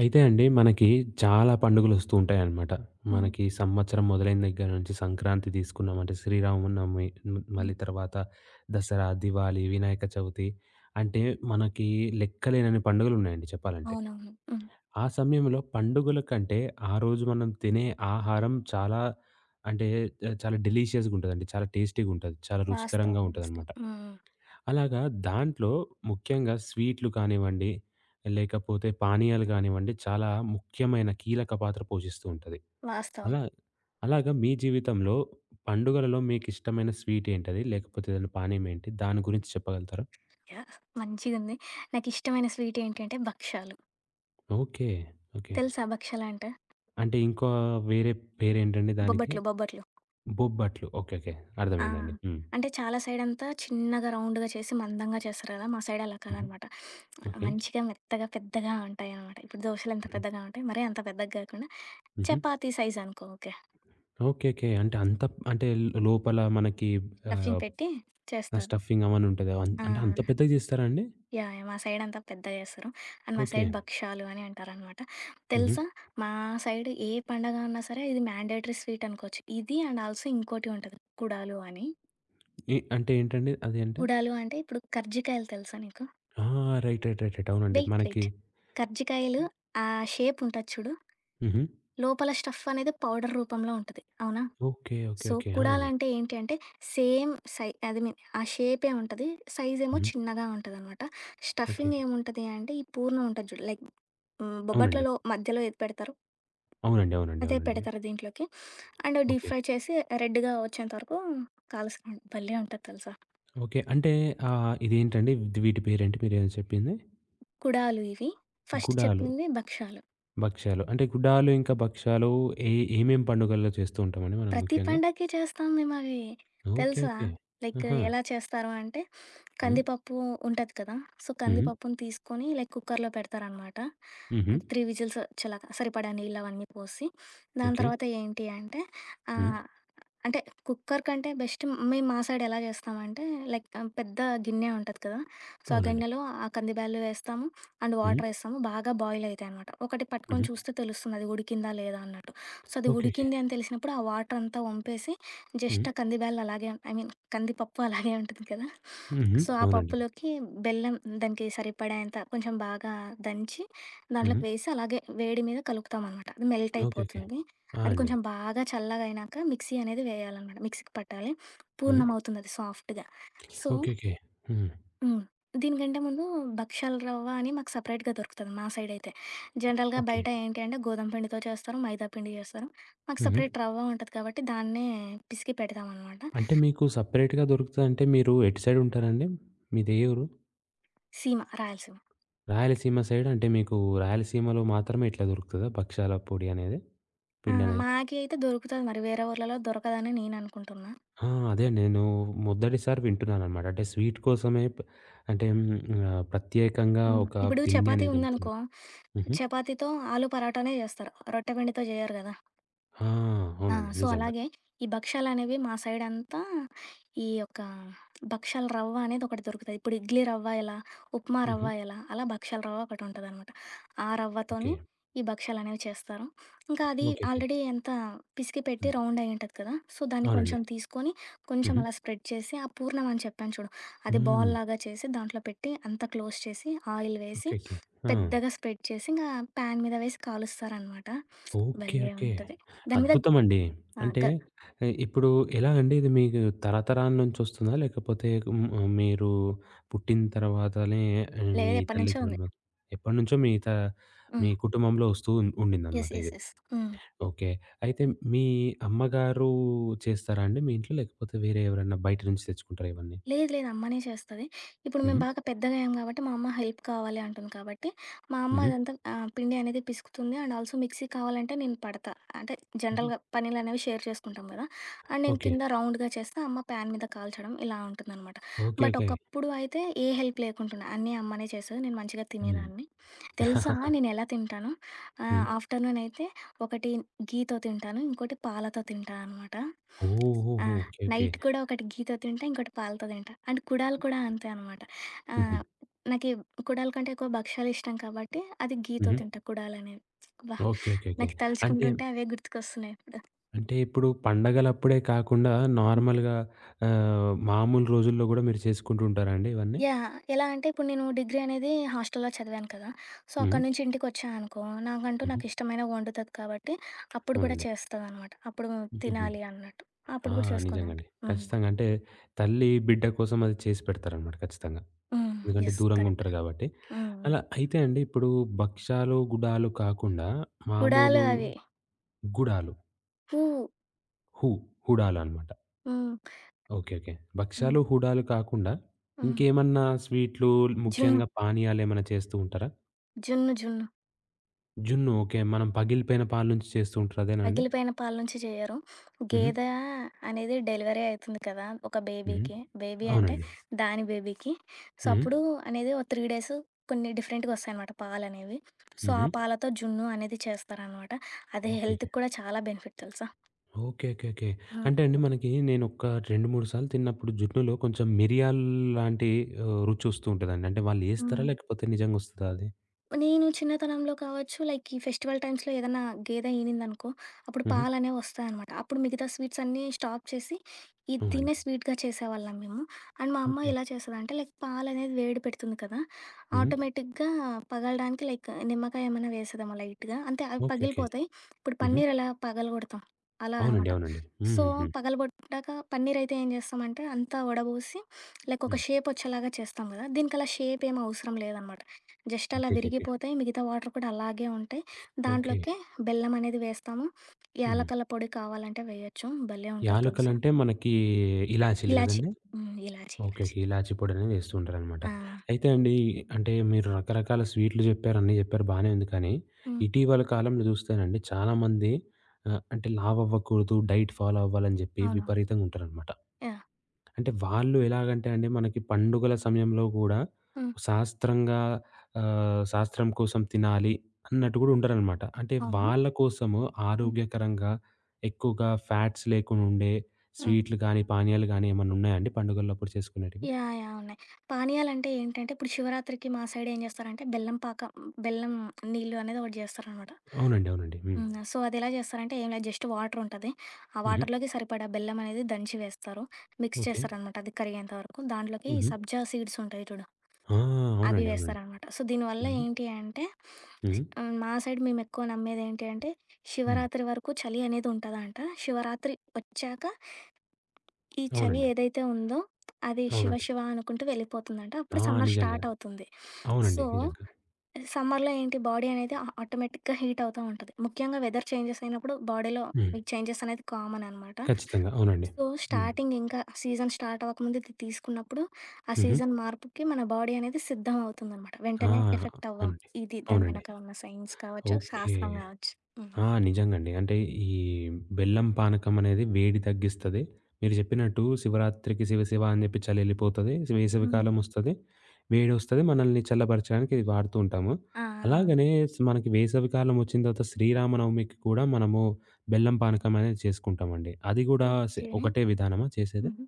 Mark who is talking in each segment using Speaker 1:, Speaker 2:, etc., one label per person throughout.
Speaker 1: అయితే అండి మనకి చాలా పండుగలొస్తూ ఉంటాయన్నమాట.
Speaker 2: హ్మ్.
Speaker 1: మనకి సంవత్సరం మొదలైన దగ్గర నుంచి సంక్రాంతి తీసుకున్నామంటే శ్రీరామనవమి,
Speaker 2: హ్మ్.
Speaker 1: మళ్ళీ తర్వాత దసరా, దివాళీ, వినాయక చవితి అంటే మనకి లెక్కలేనన్ని పండుగలున్నాయండి చెప్పాలంటే.
Speaker 2: అవునవును. హ్మ్.
Speaker 1: ఆ సమయంలో పండుగల కంటే ఆ రోజు మనం తినే ఆహారం చాలా అంటే చాలా డెలీషియస్‌గుంటదండి. చాలా టేస్టీ‌గుంటది. చాలా రుచికరంగా
Speaker 2: వాస్తవం. వాస్తవం.
Speaker 1: ఉంటదన్నమాట.
Speaker 2: హ్మ్.
Speaker 1: అలాగా దాంట్లో ముఖ్యంగా స్వీట్లు కానివ్వండి, లేకపోతే పానీయాలు కానివ్వండి, చాలా ముఖ్యమైన కీలక పాత్ర పోషిస్తూ ఉంటది.
Speaker 2: వాస్తవం.
Speaker 1: అలా అలాగా మీ జీవితంలో పండుగలలో మీకిష్టమైన స్వీట్ ఏంటది? లేకపోతే ఏదైనా పానీయం ఏంటి? దాని గురించి చెప్పగలుగుతారా?
Speaker 2: యాహ్! మంచిగుంది. నాకిష్టమైన స్వీట్ ఏంటంటే భక్షాలు.
Speaker 1: ఓకే. ఓకే.
Speaker 2: తెలుసా భక్షలంటే?
Speaker 1: అంటే ఇంకో వేరే పేరేంటండి దానికి?
Speaker 2: బొబ్బట్లు, బొబ్బట్లు.
Speaker 1: బొబ్బట్లు. ఓకే. ఓకే.
Speaker 2: ఆ!
Speaker 1: అర్థమైందండి. హ్మ్.
Speaker 2: అంటే చాలా సైడంతా చిన్నగా రౌండ్‌గా చేసి మందంగా చేస్తారు గదా! మా సైడ్ అలా
Speaker 1: హుహు.
Speaker 2: కాదనమాట.
Speaker 1: ఓకే.
Speaker 2: మంచిగా మెత్తగా పెద్దగా ఉంటాయనమాట. ఇప్పుడు దోసలెంత
Speaker 1: హుహు.
Speaker 2: పెద్దగా ఉంటాయి. మరీ అంత పెద్దగా గాకుండా
Speaker 1: హుహు.
Speaker 2: చపాతీ సైజ్ అనుకో ఓకే.
Speaker 1: ఓకే. ఓకే. అంటే అంత అంటే లోపల మనకి
Speaker 2: స్టఫింగ్
Speaker 1: ఆహ్
Speaker 2: పెట్టి
Speaker 1: ఆ!
Speaker 2: చేస్తారు.
Speaker 1: స్టఫింగ్ అవన్నీ ఉంటది.
Speaker 2: ఆ!
Speaker 1: అంటే అంత పెద్దగా జేస్తారా అండి?
Speaker 2: యాహ్! యాహ్! మా సైడ్ అంతా పెద్దగా చేస్తారు. అండ్ మా
Speaker 1: ఓకే.
Speaker 2: సైడ్ భక్షాలు అని అంటారనమాట.
Speaker 1: హుహు.
Speaker 2: తెలుసా? మా సైడ్ ఏ పండగ అన్నా సరే ఇది మ్యాండేటరీ స్వీట్ అనుకోవచ్చు. ఇది అండ్ ఆల్సో ఇంకోటి ఉంటది. కుడాలు అని.
Speaker 1: అంటే ఏంటండి అది అంటే?
Speaker 2: కుడాలు అంటే ఇప్పుడు కర్జికాయలు తెలుసా నీకు?
Speaker 1: ఆ! Right, right, right, right. అవునండి.
Speaker 2: వెయిట్
Speaker 1: మనకి
Speaker 2: వెయిట్. కర్జికాయలు ఆ షేప్ ఉంటది చూడు.
Speaker 1: హుహు.
Speaker 2: లోపల స్టఫ్ అనేది పౌడర్ రూపంలో ఉంటది. అవునా?
Speaker 1: ఓకే. ఓకే.
Speaker 2: So,
Speaker 1: okay. ఆ!
Speaker 2: కుడాల అంటే ఏంటి అంటే, సేమ్ సై అది మీన్ ఆ షేపే ఉంటది. సైజేమో
Speaker 1: హుహు.
Speaker 2: చిన్నగా ఉంటదనమాట.
Speaker 1: ఓకే.
Speaker 2: స్టఫింగ్ ఏముంటది అంటే, ఈ పూర్ణం ఉంటది చూడు లైక్ హ్మ్,
Speaker 1: అవునండి.
Speaker 2: బొబ్బట్లలో మధ్యలో ఏది పెడతారో,
Speaker 1: అవునండి. అవునండి.
Speaker 2: అదే
Speaker 1: అవునండి.
Speaker 2: పెడతారు దీంట్లోకి. And deep
Speaker 1: okay.
Speaker 2: ఫ్రై చేసి రెడ్‌గా వచ్చేంత వరకు కాలుస్తాం. భలే ఉంటది తెలుసా!
Speaker 1: ఓకే. అంటే ఆహ్, ఇదేంటండి వీటి పేరేంటి మీరేదో చెప్పింది?
Speaker 2: కుడాలు ఇవి. ఫస్ట్
Speaker 1: గుడాలు,
Speaker 2: చెప్పింది భక్షాలు.
Speaker 1: భక్ష్యాలు. అంటే గుడాలు ఇంకా భక్ష్యాలు ఏ ఏమేం పండుగల్లో చేస్తూ ఉంటామండి మనం
Speaker 2: ప్రతి
Speaker 1: ముఖ్యంగా?
Speaker 2: పండక్కి చేస్తాం మేమవి
Speaker 1: ఓకే.
Speaker 2: తెలుసా?
Speaker 1: ఓకే.
Speaker 2: లైక్
Speaker 1: ఆహా!
Speaker 2: ఎలా చేస్తారు అంటే
Speaker 1: హ్మ్.
Speaker 2: కందిపప్పు ఉంటది కదా! సో,
Speaker 1: హ్మ్.
Speaker 2: కందిపప్పుని తీసుకొని లైక్ కుక్కర్‌లో పెడతారనమాట.
Speaker 1: హుహు.
Speaker 2: 3 విజిల్స్ వచ్చేలాగా సరిపడా నీళ్ళవన్నీ పోసి, దాని
Speaker 1: ఓకే.
Speaker 2: తర్వాత ఏంటి అంటే
Speaker 1: హ్మ్.
Speaker 2: ఆహ్, అంటే కుక్కర్ కంటే బెస్ట్ మేము మా సైడ్ ఎలా చేస్తామంటే లైక్ పెద్ద గిన్నె ఉంటది కదా! సో, ఆ
Speaker 1: అవునండి.
Speaker 2: గిన్నెలో ఆ కంది బ్యాళ్ళు వేస్తాము అండ్
Speaker 1: హ్మ్.
Speaker 2: వాటరేస్తాము. బాగా బాయిల్ అయితాయనమాట. ఒకటి పట్టుకొని
Speaker 1: హుహు.
Speaker 2: చూస్తే తెలుస్తుంది అది ఉడికిందా లేదా అన్నట్టు. సో, అది
Speaker 1: ఓకే. ఓకే.
Speaker 2: ఉడికింది అని తెలిసినప్పుడు ఆ వాటరంతా వంపేసి
Speaker 1: హ్మ్.
Speaker 2: జస్ట్ ఆ కంది బ్యాళ్ళు అలాగే ఐ మీన్ కందిపప్పు అలాగే ఉంటుంది కదా!
Speaker 1: హుహు.
Speaker 2: సో, ఆ
Speaker 1: అవునండి.
Speaker 2: పప్పులోకి బెల్లం దానికి సరిపడేంత కొంచెం బాగా దంచి,
Speaker 1: హుహు.
Speaker 2: దాంట్లోకి వేసి అలాగే వేడి మీద కలుపుతామనమాట. అది మెల్ట్
Speaker 1: ఓకే. ఓకే.
Speaker 2: అయిపోతుంది.
Speaker 1: ఆ!
Speaker 2: అది
Speaker 1: అండి.
Speaker 2: కొంచెం బాగా చల్లగయినాక మిక్సీ అనేది వేయాలనమాట. మిక్సీకి పట్టాలి.
Speaker 1: హుహు.
Speaker 2: పూర్ణం అవుతుందది సాఫ్ట్‌గా. So
Speaker 1: okay. ఓకే. హ్మ్.
Speaker 2: హ్మ్. దీనికంటే ముందు భక్షాల రవ్వ అని మాకు సెపరేట్‌గా దొరుకుతది మా సైడయితే. జనరల్‌గా
Speaker 1: ఓకే.
Speaker 2: బయట ఏంటి అంటే గోధుమ పిండితో చేస్తారు, మైదా పిండి చేస్తారు. మాకు
Speaker 1: హుహు.
Speaker 2: సెపరేట్ రవ్వ ఉంటది కాబట్టి దాన్నే పిసికి పెడతామనమాట.
Speaker 1: అంటే మీకు సెపరేట్‌గా దొరుకుతదంటే మీరు ఎటు సైడ్ ఉంటారండి? మీది ఏ ఊరు?
Speaker 2: సీమ రాయలసీమ.
Speaker 1: రాయలసీమ సైడ్ అంటే మీకు రాయలసీమలో మాత్రమే ఇట్లా దొరుకుతదా భక్షాల పొడి అనేది?
Speaker 2: ఆ!
Speaker 1: పిండనేది?
Speaker 2: మాకి అయితే దొరుకుతది మరి. వేరే ఊర్లలో దొరకదని నేననుకుంటున్నా.
Speaker 1: ఆ! అదే నేను మొదటిసారి వింటున్నాననమాట. అంటే స్వీట్ కోసమే ప్ అంటే హ్మ్, ఆహ్, ప్రత్యేకంగా
Speaker 2: హ్మ్.
Speaker 1: ఒక
Speaker 2: ఇప్పుడు
Speaker 1: పిండి
Speaker 2: చపాతీ
Speaker 1: అనేది అమ్ముతారు.
Speaker 2: ఉందనుకో,
Speaker 1: హుహు.
Speaker 2: చపాతీతో ఆలు పరాటానే జేస్తారు. రొట్టె పిండితో జెయ్యరు గదా!
Speaker 1: ఆ!
Speaker 2: ఆ!
Speaker 1: అవునండి.
Speaker 2: సో,
Speaker 1: నిజంగా.
Speaker 2: అలాగే ఈ భక్షాలనేవి మా సైడంతా ఈ యొక్క భక్షాల రవ్వ అనేది ఒకటి దొరుకుతది. ఇప్పుడు ఇడ్లీ రవ్వ ఎలా, ఉప్మా
Speaker 1: హుహు.
Speaker 2: రవ్వ ఎలా, అలా భక్షాల రవ్వ ఒకటుంటదనమాట. ఆ
Speaker 1: ఓకే.
Speaker 2: రవ్వతోని ఈ భక్షాలనేవి చేస్తారు. ఇంకా అది
Speaker 1: ఓకే. ఓకే.
Speaker 2: ఆల్రెడీ ఎంత పిసికి పెట్టి
Speaker 1: హ్మ్.
Speaker 2: రౌండ్ అయ్యుంటది కదా! సో, దాన్ని
Speaker 1: అవునండి.
Speaker 2: కొంచెం తీసుకొని, కొంచెం
Speaker 1: హుహు.
Speaker 2: అలా స్ప్రెడ్ చేసి, ఆ పూర్ణం అని చెప్పాను చూడు, అది బాల్
Speaker 1: హ్మ్.
Speaker 2: లాగా చేసి దాంట్లో పెట్టి అంతా క్లోజ్ చేసి, ఆయిల్ వేసి,
Speaker 1: ఓకే. ఓకే. ఆ!
Speaker 2: పెద్దగా స్ప్రెడ్ చేసి, ఇంగా ప్యాన్ మీద వేసి కాలుస్తారనమాట.
Speaker 1: ఓకే.
Speaker 2: భలే
Speaker 1: ఓకే.
Speaker 2: ఉంటది. దాని మీద
Speaker 1: అద్భుతమండి.
Speaker 2: ఆ!
Speaker 1: అంటే ఇప్పుడు ఎలాగండి ఇది మీకు తరతరాల నుంచొస్తుందా? లేకపోతే మీరు పుట్టిన తర్వాతనే మీ
Speaker 2: లేదు ఎప్పటినుంచో ఉంది.
Speaker 1: తల్లిదండ్రులు ఎప్పటినుంచో మీ
Speaker 2: హ్మ్.
Speaker 1: కుటుంబంలో వస్తూ
Speaker 2: యెస్.
Speaker 1: ఉండిందనమాట
Speaker 2: యెస్.
Speaker 1: ఇది.
Speaker 2: యెస్. హ్మ్.
Speaker 1: ఓకే. అయితే మీ అమ్మగారు చేస్తారా అండి మీ ఇంట్లో? లేకపోతే వేరే ఎవరన్నా బయట నుంచి తెచ్చుకుంటారా ఇవన్నీ?
Speaker 2: లేదు లేదు అమ్మనే చేస్తది. ఇప్పుడు మేము
Speaker 1: హుహు.
Speaker 2: బాగా పెద్దగా అయ్యాం కాబట్టి, మా అమ్మ హెల్ప్ కావాలి అంటుంది కాబట్టి, మా అమ్మ
Speaker 1: హుహు.
Speaker 2: అదంతా పిండి అనేది పిసుకుతుంది. అండ్ ఆల్సో మిక్సీ కావాలంటే నేను పడతా. అంటే
Speaker 1: హ్మ్.
Speaker 2: జనరల్‌గా పనులనేవి షేర్ చేసుకుంటాం గదా! అండ్ నేను
Speaker 1: ఓకే.
Speaker 2: కింద రౌండ్‌గా చేస్తా, అమ్మ ప్యాన్ మీద కాల్చడం ఇలా ఉంటుందనమాట.
Speaker 1: ఓకే.
Speaker 2: But
Speaker 1: okay.
Speaker 2: ఒకప్పుడు అయితే ఏ హెల్ప్ లేకుంటుండే. అన్నీ అమ్మనే చేసేది. నేను మంచిగా
Speaker 1: హ్మ్.
Speaker 2: తినేదాన్ని.
Speaker 1: హ్మ్.
Speaker 2: తెలుసా నేనెలా తింటానో? ఆఫ్టర్‌నూన్ అయితే ఒకటి ఘీతో తింటాను. ఇంకోటి పాలతో తింటా అనమాట. ఆ!
Speaker 1: ఓహోహో! ఓకే. ఓకే.
Speaker 2: నైట్ కూడా ఒకటి గీతో తింటా. ఇంకోటి పాలతో తింటా. అండ్ కుడాలు కూడా అంతే అనమాట.
Speaker 1: హుహు.
Speaker 2: ఆహ్, నాకి కుడాల కంటే ఎక్కువ భక్షాలు ఇష్టం కాబట్టి అది గీతో
Speaker 1: హుహు.
Speaker 2: తింటా కుడాలనేవి. అబ్బా!
Speaker 1: ఓకే. ఓకే. ఓకే.
Speaker 2: నాకు
Speaker 1: అంటే,
Speaker 2: తలుచుకుంటుంటే అవే గుర్తుకొస్తున్నాయి ఇప్పుడు.
Speaker 1: అంటే, ఇప్పుడు పండగలప్పుడే కాకుండా
Speaker 2: హ్మ్.
Speaker 1: నార్మల్‌గా మామూలు రోజుల్లో గూడా మీరు చేసుకుంటూ ఉంటారా అండి ఇవన్నీ?
Speaker 2: యాహ్! ఎలా అంటే ఇప్పుడు నేను డిగ్రీ అనేది హాస్టల్‌లో చదివాను కదా! సో,
Speaker 1: హ్మ్.
Speaker 2: అక్కడి నుంచి ఇంటికొచ్చా అనుకో, నాకంటూ
Speaker 1: హుహు.
Speaker 2: నాకు ఇష్టమైనవి వండుతది కాబట్టి అప్పుడు కూడా
Speaker 1: అవునండి.
Speaker 2: చేస్తదనమాట. అప్పుడు
Speaker 1: హుహుహు.
Speaker 2: తినాలి అన్నట్టు.
Speaker 1: ఆ!
Speaker 2: అప్పుడు కూడా చేసుకొని
Speaker 1: నిజంగండి.
Speaker 2: తింటా. హ్మ్.
Speaker 1: ఖచ్చితంగా. అంటే తల్లి బిడ్డ కోసం అది చేసి పెడతారనమాట ఖచ్చితంగా.
Speaker 2: హ్మ్.
Speaker 1: ఎందుకంటే
Speaker 2: యెస్.
Speaker 1: దూరంగా
Speaker 2: కరెక్ట్.
Speaker 1: ఉంటారు గాబట్టి.
Speaker 2: హ్మ్. హ్మ్.
Speaker 1: అలా అయితే అండి ఇప్పుడు భక్షాలు, గుడాలు కాకుండా
Speaker 2: కుడాలు
Speaker 1: మామూలు
Speaker 2: అవి.
Speaker 1: గుడాలు.
Speaker 2: పు
Speaker 1: హూ హూడాలు అనమాట.
Speaker 2: హ్మ్.
Speaker 1: ఓకే. ఓకే.
Speaker 2: హ్మ్.
Speaker 1: భక్షాలు, హూడాలు కాకుండా
Speaker 2: హ్మ్.
Speaker 1: ఇంకేమన్నా స్వీట్లు
Speaker 2: జున్ను.
Speaker 1: ముఖ్యంగా పానీయాలేమన్నా చేస్తూ ఉంటారా?
Speaker 2: జున్ను, జున్ను.
Speaker 1: జున్ను. ఓకే. మనం పగిలిపోయిన పాలు నుంచి చేస్తూ ఉంటారు అదేనా అండి?
Speaker 2: పగిలిపోయిన పాలు నుంచి జెయ్యరు.
Speaker 1: హుహు.
Speaker 2: గేదె అనేది డెలివరీ అయితుంది కదా! ఒక
Speaker 1: హుహు.
Speaker 2: బేబీకి. బేబీ అంటే
Speaker 1: అవునండి.
Speaker 2: దాని బేబీకి. సో,
Speaker 1: హుహు.
Speaker 2: అప్పుడు అనేది ఓ 3 డేస్ కొన్ని డిఫరెంట్‌గా వస్తాయనమాట పాలనేవి. సో, ఆ
Speaker 1: హుహు.
Speaker 2: పాలతో జున్ను అనేది చేస్తారనమాట. అది
Speaker 1: ఓకే. ఓకే.
Speaker 2: హెల్త్‌కి కూడా చాలా బెనిఫిట్ తెలుసా.
Speaker 1: ఓకే. ఓకే. అంటే
Speaker 2: హ్మ్.
Speaker 1: అండి మనకి నేనొక 2, 3 సార్లు తిన్నప్పుడు జున్నులో కొంచెం మిరియాలు లాంటి రుచొస్తూ ఉంటదండి. అంటే వాళ్ళేస్తారా?
Speaker 2: హ్మ్.
Speaker 1: లేకపోతే నిజంగా వస్తదా అది?
Speaker 2: నేను చిన్నతనంలో కావచ్చు, లైక్ ఈ ఫెస్టివల్ టైమ్స్‌లో ఏదన్నా గేదె ఈనిందనుకో, అప్పుడు
Speaker 1: హుహు.
Speaker 2: పాలనేవి వస్తాయనమాట. అప్పుడు మిగతా స్వీట్స్ అన్నీ స్టాప్ చేసి, ఇది
Speaker 1: అవునండి.
Speaker 2: దీన్నే స్వీట్‌గా చేసేవాళ్ళం మేము. అండ్ మా అమ్మ
Speaker 1: ఓకే.
Speaker 2: ఎలా చేస్తదంటే, లైక్ పాలనేది వేడి పెడుతుంది కదా!
Speaker 1: హుహు.
Speaker 2: ఆటోమేటిక్‌గా పగలడానికి లైక్ నిమ్మకాయ ఏమైనా వేసేదేమో లైట్‌గా. అంతే అవి
Speaker 1: ఓకే. ఓకే.
Speaker 2: పగిలిపోతాయి. ఇప్పుడు
Speaker 1: హుహు.
Speaker 2: పన్నీర్ ఎలా పగలగొడతాం, అలా
Speaker 1: అవునండి.
Speaker 2: అనమాట.
Speaker 1: అవునండి.
Speaker 2: సో,
Speaker 1: హుహుహు.
Speaker 2: పగలగొట్టాక పన్నీర్ అయితే ఏం చేస్తామంటే, అంతా వడబోసి లైక్ ఒక
Speaker 1: హ్మ్.
Speaker 2: షేపొచ్చేలాగా చేస్తాం కదా! దీనికలా షేపేమి అవసరం లేదనమాట. జస్ట్ అలా
Speaker 1: ఓకే. ఓకే. ఓకే.
Speaker 2: విరిగిపోతాయి. మిగతా వాటర్ కూడా అలాగే ఉంటాయి.
Speaker 1: ఓకే.
Speaker 2: దాంట్లోకే బెల్లం అనేది వేస్తాము.
Speaker 1: హ్మ్.
Speaker 2: యాలకుల పొడి కావాలంటే వేయొచ్చు. భలే ఉంటది తెలుసా!
Speaker 1: యాలకులంటే మనకి ఇలాచీలు
Speaker 2: ఇలాచి.
Speaker 1: గదండీ!
Speaker 2: హ్మ్. ఇలాచి,
Speaker 1: ఓకే.
Speaker 2: ఇలాచి.
Speaker 1: ఓకే. ఇలాచీ పొడనేది వేస్తూ ఉంటారనమాట.
Speaker 2: ఆ!
Speaker 1: అయితే అండి అంటే మీరు రకరకాల స్వీట్లు జెప్పారు, అన్నీ జెప్పారు బానే ఉంది కానీ,
Speaker 2: హ్మ్.
Speaker 1: ఇటీవల కాలంలో జూస్తేనండి చాలామంది అంటే లావవ్వకూడదు, డైట్ ఫాలో అవ్వాలని జెప్పి
Speaker 2: అవునవును.
Speaker 1: విపరీతంగా ఉంటారనమాట.
Speaker 2: యాహ్!
Speaker 1: అంటే వాళ్ళు ఎలాగంటే అండి మనకి పండుగల సమయంలో గూడా
Speaker 2: హ్మ్.
Speaker 1: శాస్త్రంగా శాస్త్రం కోసం తినాలి అన్నట్టు గూడా ఉంటారనమాట. అంటే
Speaker 2: అవును.
Speaker 1: వాళ్ళ కోసము
Speaker 2: హ్మ్.
Speaker 1: ఆరోగ్యకరంగా ఎక్కువగా ఫ్యాట్స్ లేకుండా ఉండే
Speaker 2: హ్మ్.
Speaker 1: స్వీట్లు గానీ, పానీయాలు గానీ ఏమన్నా ఉన్నాయా అండి పండుగలప్పుడు చేసుకునేటివి?
Speaker 2: యాహ్! యాహ్! ఉన్నాయి. పానీయాలంటే ఏంటంటే ఇప్పుడు శివరాత్రికి మా సైడ్ ఏం చేస్తారంటే బెల్లం పాక బెల్లం నీళ్ళు అనేది ఒకటి చేస్తారనమాట.
Speaker 1: అవునండి. అవునండి. హ్మ్.
Speaker 2: హ్మ్. సో, అదెలా చేస్తారంటే ఏం లేదు జస్ట్ వాటరుంటది. ఆ
Speaker 1: హుహు.
Speaker 2: వాటర్‌లోకి సరిపడా బెల్లం అనేది దంచి వేస్తారు. Mix
Speaker 1: okay.
Speaker 2: చేస్తారనమాట అది కరిగేంత వరకు. దాంట్లోకి ఈ
Speaker 1: హుహు.
Speaker 2: సబ్జా సీడ్స్ ఉంటాయి చూడు,
Speaker 1: ఆ!
Speaker 2: అవి
Speaker 1: అవునండి. అవునండి.
Speaker 2: వేస్తారనమాట. సో, దీనివల్ల
Speaker 1: హ్మ్.
Speaker 2: ఏంటి అంటే
Speaker 1: హ్మ్.
Speaker 2: మా సైడ్ మేమెక్కువ నమ్మేదేంటి అంటే
Speaker 1: హ్మ్.
Speaker 2: శివరాత్రి వరకు చలి అనేది ఉంటదంట. శివరాత్రి వచ్చాక ఈ చలి
Speaker 1: అవునండి.
Speaker 2: ఏదైతే ఉందో అది శివ
Speaker 1: అవునండి.
Speaker 2: శివ అనుకుంటూ వెళ్ళిపోతుందంట.
Speaker 1: ఆ!
Speaker 2: అప్పుడు సమ్మర్
Speaker 1: నిజంగా.
Speaker 2: స్టార్ట్ అవుతుంది.
Speaker 1: అవునండి.
Speaker 2: సో
Speaker 1: నిజంగా.
Speaker 2: సమ్మర్‌లో ఏంటి బాడీ అనేది ఆ ఆటోమేటిక్‌గా హీట్ అవుతా ఉంటది. ముఖ్యంగా వెదర్ చేంజెస్ అయినప్పుడు బాడీలో
Speaker 1: హ్మ్.
Speaker 2: ఈ చేంజెస్ అనేది కామన్ అనమాట.
Speaker 1: ఖచ్చితంగా. అవునండి.
Speaker 2: సో,
Speaker 1: హ్మ్.
Speaker 2: స్టార్టింగ్ ఇంకా సీజన్ స్టార్ట్ అవ్వకముందు ఇది తీసుకున్నప్పుడు, ఆ
Speaker 1: హుహు.
Speaker 2: సీజన్ మార్పుకి మన బాడీ అనేది సిద్ధం అవుతుందనమాట.
Speaker 1: ఆ!
Speaker 2: వెంటనే ఎఫెక్ట్ అవ్వం.
Speaker 1: అవునండి.
Speaker 2: ఇది దాని
Speaker 1: అవునండి.
Speaker 2: వెనక ఉన్న సైన్స్ కావచ్చు,
Speaker 1: ఓకే.
Speaker 2: శాస్త్రం కావచ్చు. హ్మ్.
Speaker 1: ఆ! నిజంగండి. అంటే ఈ బెల్లం పానకం అనేది వేడి తగ్గిస్తది. మీరు చెప్పినట్టు శివరాత్రికి శివ శివ అని చెప్పి చలెళ్ళిపోతది.
Speaker 2: హ్మ్.
Speaker 1: వేసవికాలమొస్తది. వేడొస్తది. మనల్ని చల్లబరచడానికి ఇది వాడుతూ ఉంటాము.
Speaker 2: ఆ! అవును.
Speaker 1: అలాగనే మనకి వేసవికాలం వచ్చిన తర్వాత శ్రీరామనవమికి కూడా మనము బెల్లం పానకం అనేది చేసుకుంటామండి. అది గూడా
Speaker 2: ఓకే.
Speaker 1: ఒకటే విధానమా చేసేది?
Speaker 2: హుహు.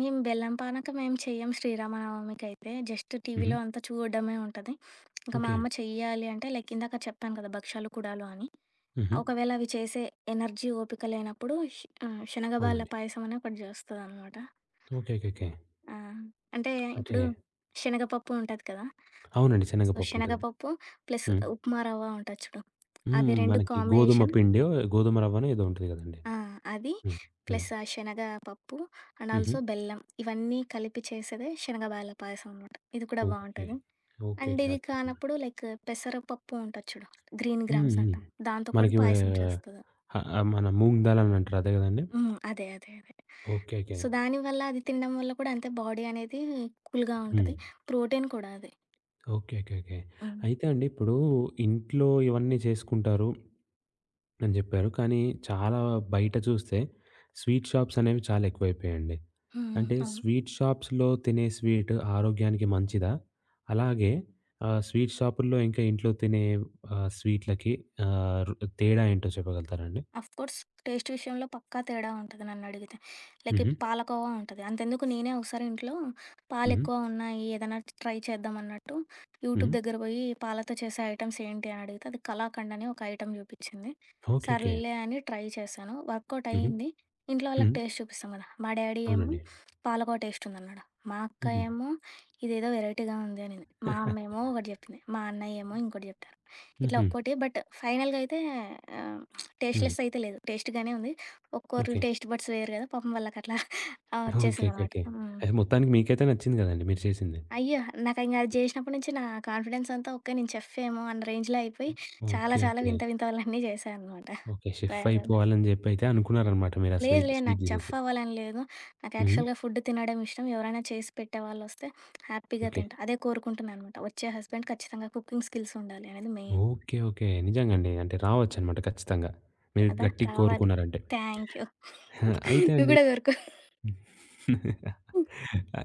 Speaker 2: మేము బెల్లం పానకం ఏం చెయ్యం శ్రీరామనవమికైతే. జస్ట్
Speaker 1: హుహు.
Speaker 2: టీవీలో అంతా చూడడమే ఉంటది. ఇంకా మా
Speaker 1: ఓకే.
Speaker 2: అమ్మ చెయ్యాలి అంటే లైక్ ఇందాక చెప్పాను కదా! భక్షాలు, కుడాలు అని.
Speaker 1: హుహు.
Speaker 2: ఒకవేళ అవి చేసే ఎనర్జీ, ఓపిక లేనప్పుడు శనగబాల
Speaker 1: అవునండి.
Speaker 2: పాయసం అని ఒకటి చేస్తదనమాట.
Speaker 1: ఓకే. ఓకేకే.
Speaker 2: ఆ! అంటే
Speaker 1: అంటే
Speaker 2: ఇప్పుడు శనగపప్పు ఉంటది కదా!
Speaker 1: అవునండి.
Speaker 2: సో,
Speaker 1: శనగపప్పు ఉంటది.
Speaker 2: శనగపప్పు ప్లస్
Speaker 1: హ్మ్.
Speaker 2: ఉప్మా రవ్వ ఉంటది చూడు. అవి
Speaker 1: హ్మ్.
Speaker 2: 2
Speaker 1: మనకి గోధుమ
Speaker 2: కాంబినేషన్
Speaker 1: పిండో, గోధుమ రవ్వనో ఏదో ఉంటది గదండీ!
Speaker 2: ఆ! అది
Speaker 1: హ్మ్. హ్మ్.
Speaker 2: ప్లస్ ఆ శనగ పప్పు అండ్
Speaker 1: హుహు.
Speaker 2: ఆల్సో బెల్లం ఇవన్నీ కలిపి చేసేదే శనగ బాల పాయసం అనమాట. ఇది కూడా
Speaker 1: ఓకే.
Speaker 2: బావుంటది.
Speaker 1: ఓకే.
Speaker 2: And
Speaker 1: okay.
Speaker 2: ఇది
Speaker 1: అద్భుతం.
Speaker 2: కానప్పుడు లైక్ పెసరపప్పు ఉంటది చూడు. గ్రీన్
Speaker 1: హ్మ్.
Speaker 2: గ్రామ్స్
Speaker 1: హ్మ్.
Speaker 2: అంటాం. దాంతో కూడా
Speaker 1: మనకి
Speaker 2: అవును.
Speaker 1: వే
Speaker 2: పాయసం చేస్తది.
Speaker 1: ఆహ్, ఆహ్, మన మూంగ్ దాల్ అని అంటారు అదే గదండీ?
Speaker 2: హ్మ్. అదే. అదే. అదే.
Speaker 1: ఓకే. ఓకే.
Speaker 2: సో, దానివల్ల అది తినడం వల్ల కూడా అంతే బాడీ అనేది కూల్‌గా
Speaker 1: హ్మ్.
Speaker 2: ఉంటది. ప్రోటీన్ కూడా అది.
Speaker 1: ఓకే. ఓకే. ఓకే.
Speaker 2: హ్మ్.
Speaker 1: అయితే అండి ఇప్పుడు ఇంట్లో ఇవన్నీ చేసుకుంటారు అని జెప్పారు. కానీ చాలా బయట చూస్తే స్వీట్ షాప్స్ అనేవి చాలా ఎక్కువైపోయాయండి.
Speaker 2: హ్మ్.
Speaker 1: అంటే
Speaker 2: అవును.
Speaker 1: స్వీట్ షాప్స్‌లో తినే స్వీట్ ఆరోగ్యానికి మంచిదా? అలాగే స్వీట్ షాపుల్లో ఇంకా ఇంట్లో తినే స్వీట్‌లకి ఆహ్, రు తేడా ఏంటో చెప్పగలుగుతారా అండి?
Speaker 2: ఆఫ్‌కోర్స్ టేస్ట్ విషయంలో పక్కా తేడా ఉంటది నన్నడిగితే. లైక్
Speaker 1: హుహు.
Speaker 2: ఇప్పుడు పాలకోవా ఉంటది. అంతెందుకు నేనే ఒకసారి ఇంట్లో
Speaker 1: హుహు.
Speaker 2: పాలెక్కువ ఉన్నాయి ఏదైనా ట్రై చేద్దాం అన్నట్టు యూట్యూబ్
Speaker 1: హ్మ్.
Speaker 2: దగ్గర బోయి పాలతో చేసే ఐటెమ్స్ ఏంటి అని అడిగితే అది కలాకండ్ అని ఒక ఐటెమ్ జూపిచ్చింది.
Speaker 1: ఓకే. ఓకే.
Speaker 2: సర్లే అని ట్రై చేశాను. వర్కౌట్
Speaker 1: హుహు.
Speaker 2: అయింది. ఇంట్లో వాళ్ళకి
Speaker 1: హ్మ్.
Speaker 2: టేస్ట్ చూపిస్తాం గదా! మా డ్యాడీ ఏమో
Speaker 1: అవునండి.
Speaker 2: పాలకోవా టేస్ట్ ఉందన్నాడు. మా అక్క
Speaker 1: హుహు.
Speaker 2: ఏమో ఇదేదో వెరైటీగా ఉంది అనింది. మా అమ్మేమో ఒకటి జెప్పింది. మా అన్నయ్యేమో ఇంకోటి జెప్పారు. ఇట్లా
Speaker 1: హుహు.
Speaker 2: ఒక్కోటి బట్ ఫైనల్‌గా అయితే ఆహ్
Speaker 1: హ్మ్.
Speaker 2: టేస్ట్‌లెస్ అయితే లేదు. టేస్ట్‌గానే ఉంది. ఒక్కోరు
Speaker 1: ఓకే.
Speaker 2: టేస్ట్ బడ్స్ వేరు గదా! పాపం వాళ్ళకట్లా ఆ!
Speaker 1: ఓకే. ఓకే.
Speaker 2: ఒచ్చేసిందనమాట.
Speaker 1: ఓకే.
Speaker 2: హ్మ్.
Speaker 1: అయితే మొత్తానికి మీకైతే నచ్చింది గదండీ మీరు చేసింది.
Speaker 2: అయ్యో! నాకింక అది జేసినప్పటి నుంచి నా కాన్ఫిడెన్స్ అంతా ఓకే. నేను చెఫేమో అన్న రేంజ్‌లో అయిపోయి చాలా
Speaker 1: ఓకే.
Speaker 2: చాలా
Speaker 1: ఓకే.
Speaker 2: వింత వింతలన్నీ జేశా అనమాట
Speaker 1: ఓకే. షెఫ్
Speaker 2: ప్రయోగాలు.
Speaker 1: అయిపోవాలని జెప్పైతే అనుకున్నారనమాట మీరు ఆ
Speaker 2: లేదు
Speaker 1: స్వీట్
Speaker 2: లేదు.
Speaker 1: స్వీట్
Speaker 2: నాకు చెఫ్
Speaker 1: జూసేసి.
Speaker 2: అవ్వాలని లేదు. నాకు
Speaker 1: హ్మ్.
Speaker 2: యాక్చువల్‌గా ఫుడ్ తినడం ఇష్టం. ఎవరైనా చేసి పెట్టేవాళ్ళొస్తే హ్యాపీగా
Speaker 1: ఓకే.
Speaker 2: తింటా. అదే కోరుకుంటున్నా అనమాట. వచ్చే హస్బెండ్ ఖచ్చితంగా కుకింగ్ స్కిల్స్ ఉండాలి అనేది మెయిన్
Speaker 1: ఓకే. ఓకే. నిజంగండి. అంటే రావచ్చనమాట ఖచ్చితంగా. మీరు
Speaker 2: కదా!
Speaker 1: గట్టిగా
Speaker 2: రావాలి.
Speaker 1: కోరుకున్నారంటే.
Speaker 2: Thank you.
Speaker 1: అయితే
Speaker 2: నువ్వు
Speaker 1: అండి
Speaker 2: గూడా కోరుకో.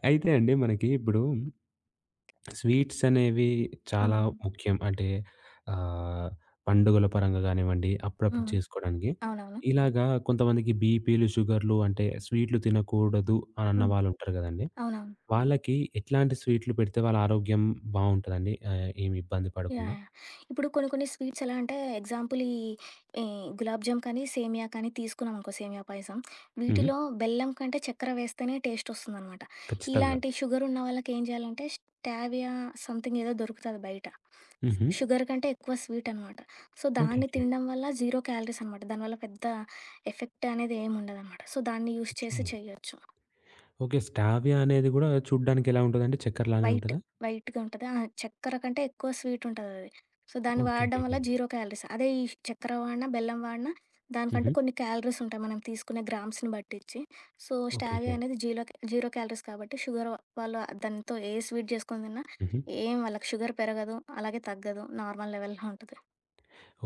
Speaker 1: అయితే అండి మనకి ఇప్పుడు స్వీట్స్ అనేవి చాలా
Speaker 2: హ్మ్.
Speaker 1: ముఖ్యం. ఆహ్, పండుగల పరంగా గానివ్వండి, అప్పుడప్పుడు
Speaker 2: హ్మ్.
Speaker 1: చేసుకోవడానికి.
Speaker 2: అవునవును.
Speaker 1: ఇలాగా కొంతమందికి బీపీలు, షుగర్‌లు అంటే స్వీట్లు తినకూడదు అని అన్న
Speaker 2: హ్మ్.
Speaker 1: వాళ్ళుంటారు గదండీ!
Speaker 2: అవునవును.
Speaker 1: వాళ్ళకి ఎట్లాంటి స్వీట్లు పెడితే వాళ్ళ ఆరోగ్యం బావుంటదండి? ఏమి ఇబ్బంది
Speaker 2: యాహ్!
Speaker 1: పడకుండా?
Speaker 2: యాహ్! ఇప్పుడు కొన్ని కొన్ని స్వీట్స్ ఎలా అంటే ఎగ్జాంపుల్ ఈ ఈ గులాబ్ జామ్ కానీ, సేమియా కానీ తీసుకున్నామనుకో సేమియా పాయసం.
Speaker 1: హ్మ్.
Speaker 2: వీటిలో బెల్లం కంటే చక్కెర వేస్తేనే టేస్ట్ వస్తుందనమాట.
Speaker 1: ఖచ్చితంగా.
Speaker 2: ఇలాంటి షుగర్ ఉన్న వాళ్ళకి ఏం చేయాలంటే స్టావియా సంథింగ్ ఏదో దొరుకుతది బయట.
Speaker 1: హుహు.
Speaker 2: షుగర్ కంటే ఎక్కువ స్వీట్ అనమాట. So,
Speaker 1: okay.
Speaker 2: దాన్ని
Speaker 1: ఓకే.
Speaker 2: తినడం వల్ల జీరో క్యాలరీస్ అనమాట. దానివల్ల పెద్ద ఎఫెక్ట్ అనేది ఏమి ఉండదనమాట. సో, దాన్ని యూజ్
Speaker 1: ఓకే.
Speaker 2: చేసి చేయొచ్చు.
Speaker 1: ఓకే. స్టావియా అనేది గూడా చూడ్డానికి ఎలా ఉంటదండి? చక్కెర లానే
Speaker 2: వైట్,
Speaker 1: ఉంటదా?
Speaker 2: వైట్‌గా ఉంటది. ఆ! చక్కెర కంటే ఎక్కువ స్వీట్ ఉంటదది. సో, దాన్ని
Speaker 1: ఓకే. ఓకే.
Speaker 2: వాడడం
Speaker 1: ఓకే.
Speaker 2: వల్ల జీరో క్యాలరీస్. అదే ఈ చక్కెర వాడినా, బెల్లం వాడినా దానికంటూ
Speaker 1: హుహు.
Speaker 2: కొన్ని క్యాలరీస్ ఉంటాయి. మనం తీసుకునే గ్రామ్స్‌ని బట్టిచ్చి. So,
Speaker 1: okay.
Speaker 2: Stevia
Speaker 1: okay.
Speaker 2: అనేది జీలో జీరో క్యాలరీస్ కాబట్టి షుగర్ వాళ్ళు దాంతో ఏ స్వీట్ చేసుకొని తిన్నా
Speaker 1: హుహు.
Speaker 2: ఏం వాళ్ళకి షుగర్ పెరగదు, అలాగే తగ్గదు. నార్మల్ లెవెల్‌లో ఉంటది.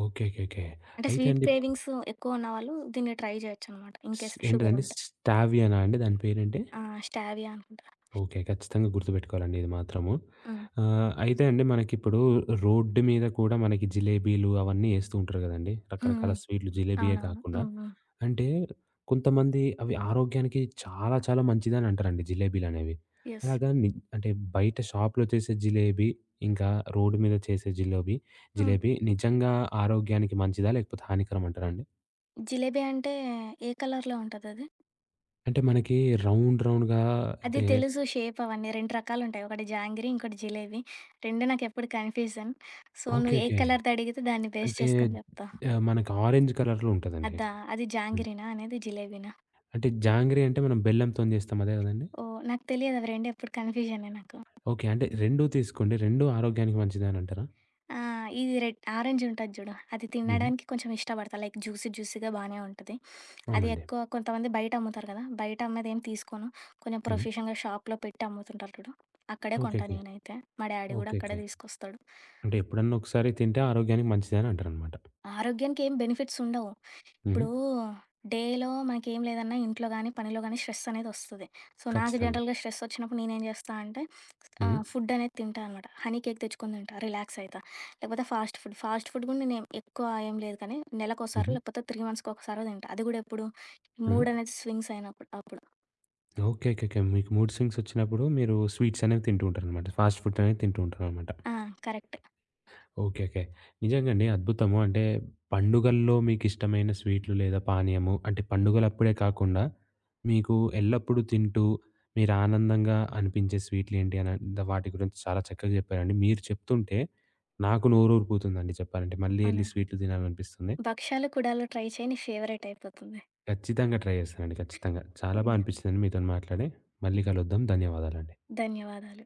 Speaker 1: ఓకే. ఓకే. ఓకే.
Speaker 2: అంటే
Speaker 1: అయితే
Speaker 2: స్వీట్
Speaker 1: అండి
Speaker 2: క్రేవింగ్స్ ఎక్కువ ఉన్నవాళ్ళు దీన్ని ట్రై చేయొచ్చనమాట. ఇన్
Speaker 1: స్
Speaker 2: కేస్ షుగర్
Speaker 1: ఏంటిదండి?
Speaker 2: ఉంటే.
Speaker 1: స్టావియానా అండి దాని పేరేంటి?
Speaker 2: ఆ! స్టావియా అనుకుంటా.
Speaker 1: ఓకే. ఖచ్చితంగా గుర్తుపెట్టుకోవాలండి ఇది మాత్రము.
Speaker 2: హ్మ్.
Speaker 1: అయితే అండి మనకిప్పుడు రోడ్డు మీద కూడా మనకి జిలేబీలు అవన్నీ ఏస్తూ ఉంటారు గదండీ.
Speaker 2: హ్మ్.
Speaker 1: రకరకాల
Speaker 2: హ్మ్.
Speaker 1: స్వీట్లు జిలేబీయే
Speaker 2: అవునవును.
Speaker 1: కాకుండా.
Speaker 2: హ్మ్. హ్మ్.
Speaker 1: అంటే కొంతమంది అవి ఆరోగ్యానికి చాలా చాలా మంచిదని అంటారండి జిలేబీలనేవి.
Speaker 2: యెస్.
Speaker 1: అలాగా ని అంటే బయట షాప్‌లో చేసే జిలేబీ, ఇంకా రోడ్డు మీద చేసే
Speaker 2: హ్మ్.
Speaker 1: జిలేబీ నిజంగా ఆరోగ్యానికి మంచిదా? లేకపోతే హానికరం అంటారా అండి?
Speaker 2: జిలేబీ అంటే ఏ కలర్‌లో ఉంటదది?
Speaker 1: అంటే మనకి రౌండ్ రౌండ్‌గా
Speaker 2: అది అది
Speaker 1: అంటే
Speaker 2: తెలుసు షేప్ అవన్నీ 2 రకాలుంటాయి. ఒకటి జాంగిరీ, ఇంకోటి జిలేబీ. 2 నాకెప్పుడు కన్‌ఫ్యూజన్. So,
Speaker 1: okay.
Speaker 2: నువ్వు ఏ
Speaker 1: ఓకే.
Speaker 2: కలర్‌ది అడిగితే దాన్ని బేస్
Speaker 1: అంటే
Speaker 2: చేసుకొని చెప్తా.
Speaker 1: మనకి ఆరెంజ్ కలర్‌లో ఉంటదండి.
Speaker 2: అదా అది
Speaker 1: హ్మ్.
Speaker 2: జాంగిరీనా? అనేది జిలేబీనా?
Speaker 1: అంటే జాంగ్రీ అంటే మనం బెల్లంతోని చేస్తాం అదే గదండీ?
Speaker 2: ఓహ్! నాకు తెలియదు అవి 2 ఎప్పుడు కన్‌ఫ్యూజనే నాకు.
Speaker 1: ఓకే. అంటే 2 తీసుకోండి. 2 ఆరోగ్యానికి మంచిదే అని అంటారా?
Speaker 2: ఆ! ఇది రెడ్ ఆరెంజ్ ఉంటది చూడు. అది
Speaker 1: హుహు.
Speaker 2: తినడానికి కొంచెం ఇష్టపడతా. లైక్ జ్యూసీ జ్యూసీగా బానే ఉంటది. అది
Speaker 1: అవునండి.
Speaker 2: ఎక్కువ కొంతమంది బయట అమ్ముతారు కదా! బయట అమ్మేది ఏం తీసుకోను. కొంచెం
Speaker 1: హ్మ్.
Speaker 2: ప్రొఫెషన్‌గా షాప్‌లో పెట్టి అమ్ముతుంటారు చూడు. అక్కడే
Speaker 1: ఓకే.
Speaker 2: కొంటా
Speaker 1: ఓకే.
Speaker 2: నేనైతే. మా డ్యాడీ గూడా
Speaker 1: ఓకే.
Speaker 2: అక్కడే
Speaker 1: ఓకే.
Speaker 2: తీసుకొస్తాడు.
Speaker 1: అంటే ఎప్పుడన్నా ఒకసారి తింటే ఆరోగ్యానికి మంచిది అని అంటారనమాట.
Speaker 2: ఆరోగ్యానికి ఏం బెనిఫిట్స్ ఉండవు.
Speaker 1: హుహు.
Speaker 2: ఇప్పుడు డేలో మనకేం లేదన్నా ఇంట్లో గానీ, పనిలో గానీ స్ట్రెస్ అనేది వస్తది. సో, నాకు
Speaker 1: ఖచ్చితంగా.
Speaker 2: జనరల్‌గా స్ట్రెస్ వచ్చినప్పుడు నేనేం చేస్తా అంటే
Speaker 1: హ్మ్.
Speaker 2: ఫుడ్ అనేది తింటా అనమాట. హనీ కేక్ తెచ్చుకొని తింటా. రిలాక్స్ అయితా. లేకపోతే ఫాస్ట్ ఫుడ్. ఫాస్ట్ ఫుడ్ గూడా నేనేం ఎక్కువ ఏం లేదు కానీ నెలకోసారో
Speaker 1: హుహు.
Speaker 2: లేకపోతే 3 మంత్స్‌కి ఒకసారో తింటా. అది గూడా ఎప్పుడు
Speaker 1: హుహు.
Speaker 2: మూడ్ అనేది స్వింగ్స్ అయినప్పుడు అప్పుడు.
Speaker 1: ఓకే. ఓకే. ఓకే. మీకు మూడ్ స్వింగ్స్ వచ్చినప్పుడు మీరు స్వీట్స్ అనేవి తింటూ ఉంటారనమాట. ఫాస్ట్ ఫుడ్ అనేది తింటూ ఉంటారనమాట.
Speaker 2: ఆ! కరెక్ట్.
Speaker 1: ఓకే. ఓకే. నిజంగండి అద్భుతము. అంటే పండుగల్లో మీకిష్టమైన స్వీట్లు లేదా పానీయము అంటే పండుగలప్పుడే కాకుండా మీకు ఎల్లప్పుడూ తింటూ మీరు ఆనందంగా అనిపించే స్వీట్లేంటి అని వాటి గురించి చాలా చక్కగా చెప్పారండి. మీరు చెప్తుంటే నాకు నోరూరిపోతుందండి చెప్పాలంటే. మళ్ళీ ఎళ్లి
Speaker 2: అవును.
Speaker 1: స్వీట్లు తినాలనిపిస్తుంది.
Speaker 2: భక్షాలు, కుడాలు ట్రై చెయి. నీ ఫేవరెట్ అయిపోతుంది.
Speaker 1: ఖచ్చితంగా ట్రై చేస్తానండి. ఖచ్చితంగా. చాలా బా
Speaker 2: హ్మ్.
Speaker 1: అనిపించిందండి మీతోని మాట్లాడి. మళ్ళీ కలుద్దాం. ధన్యవాదాలండి.
Speaker 2: ధన్యవాదాలు.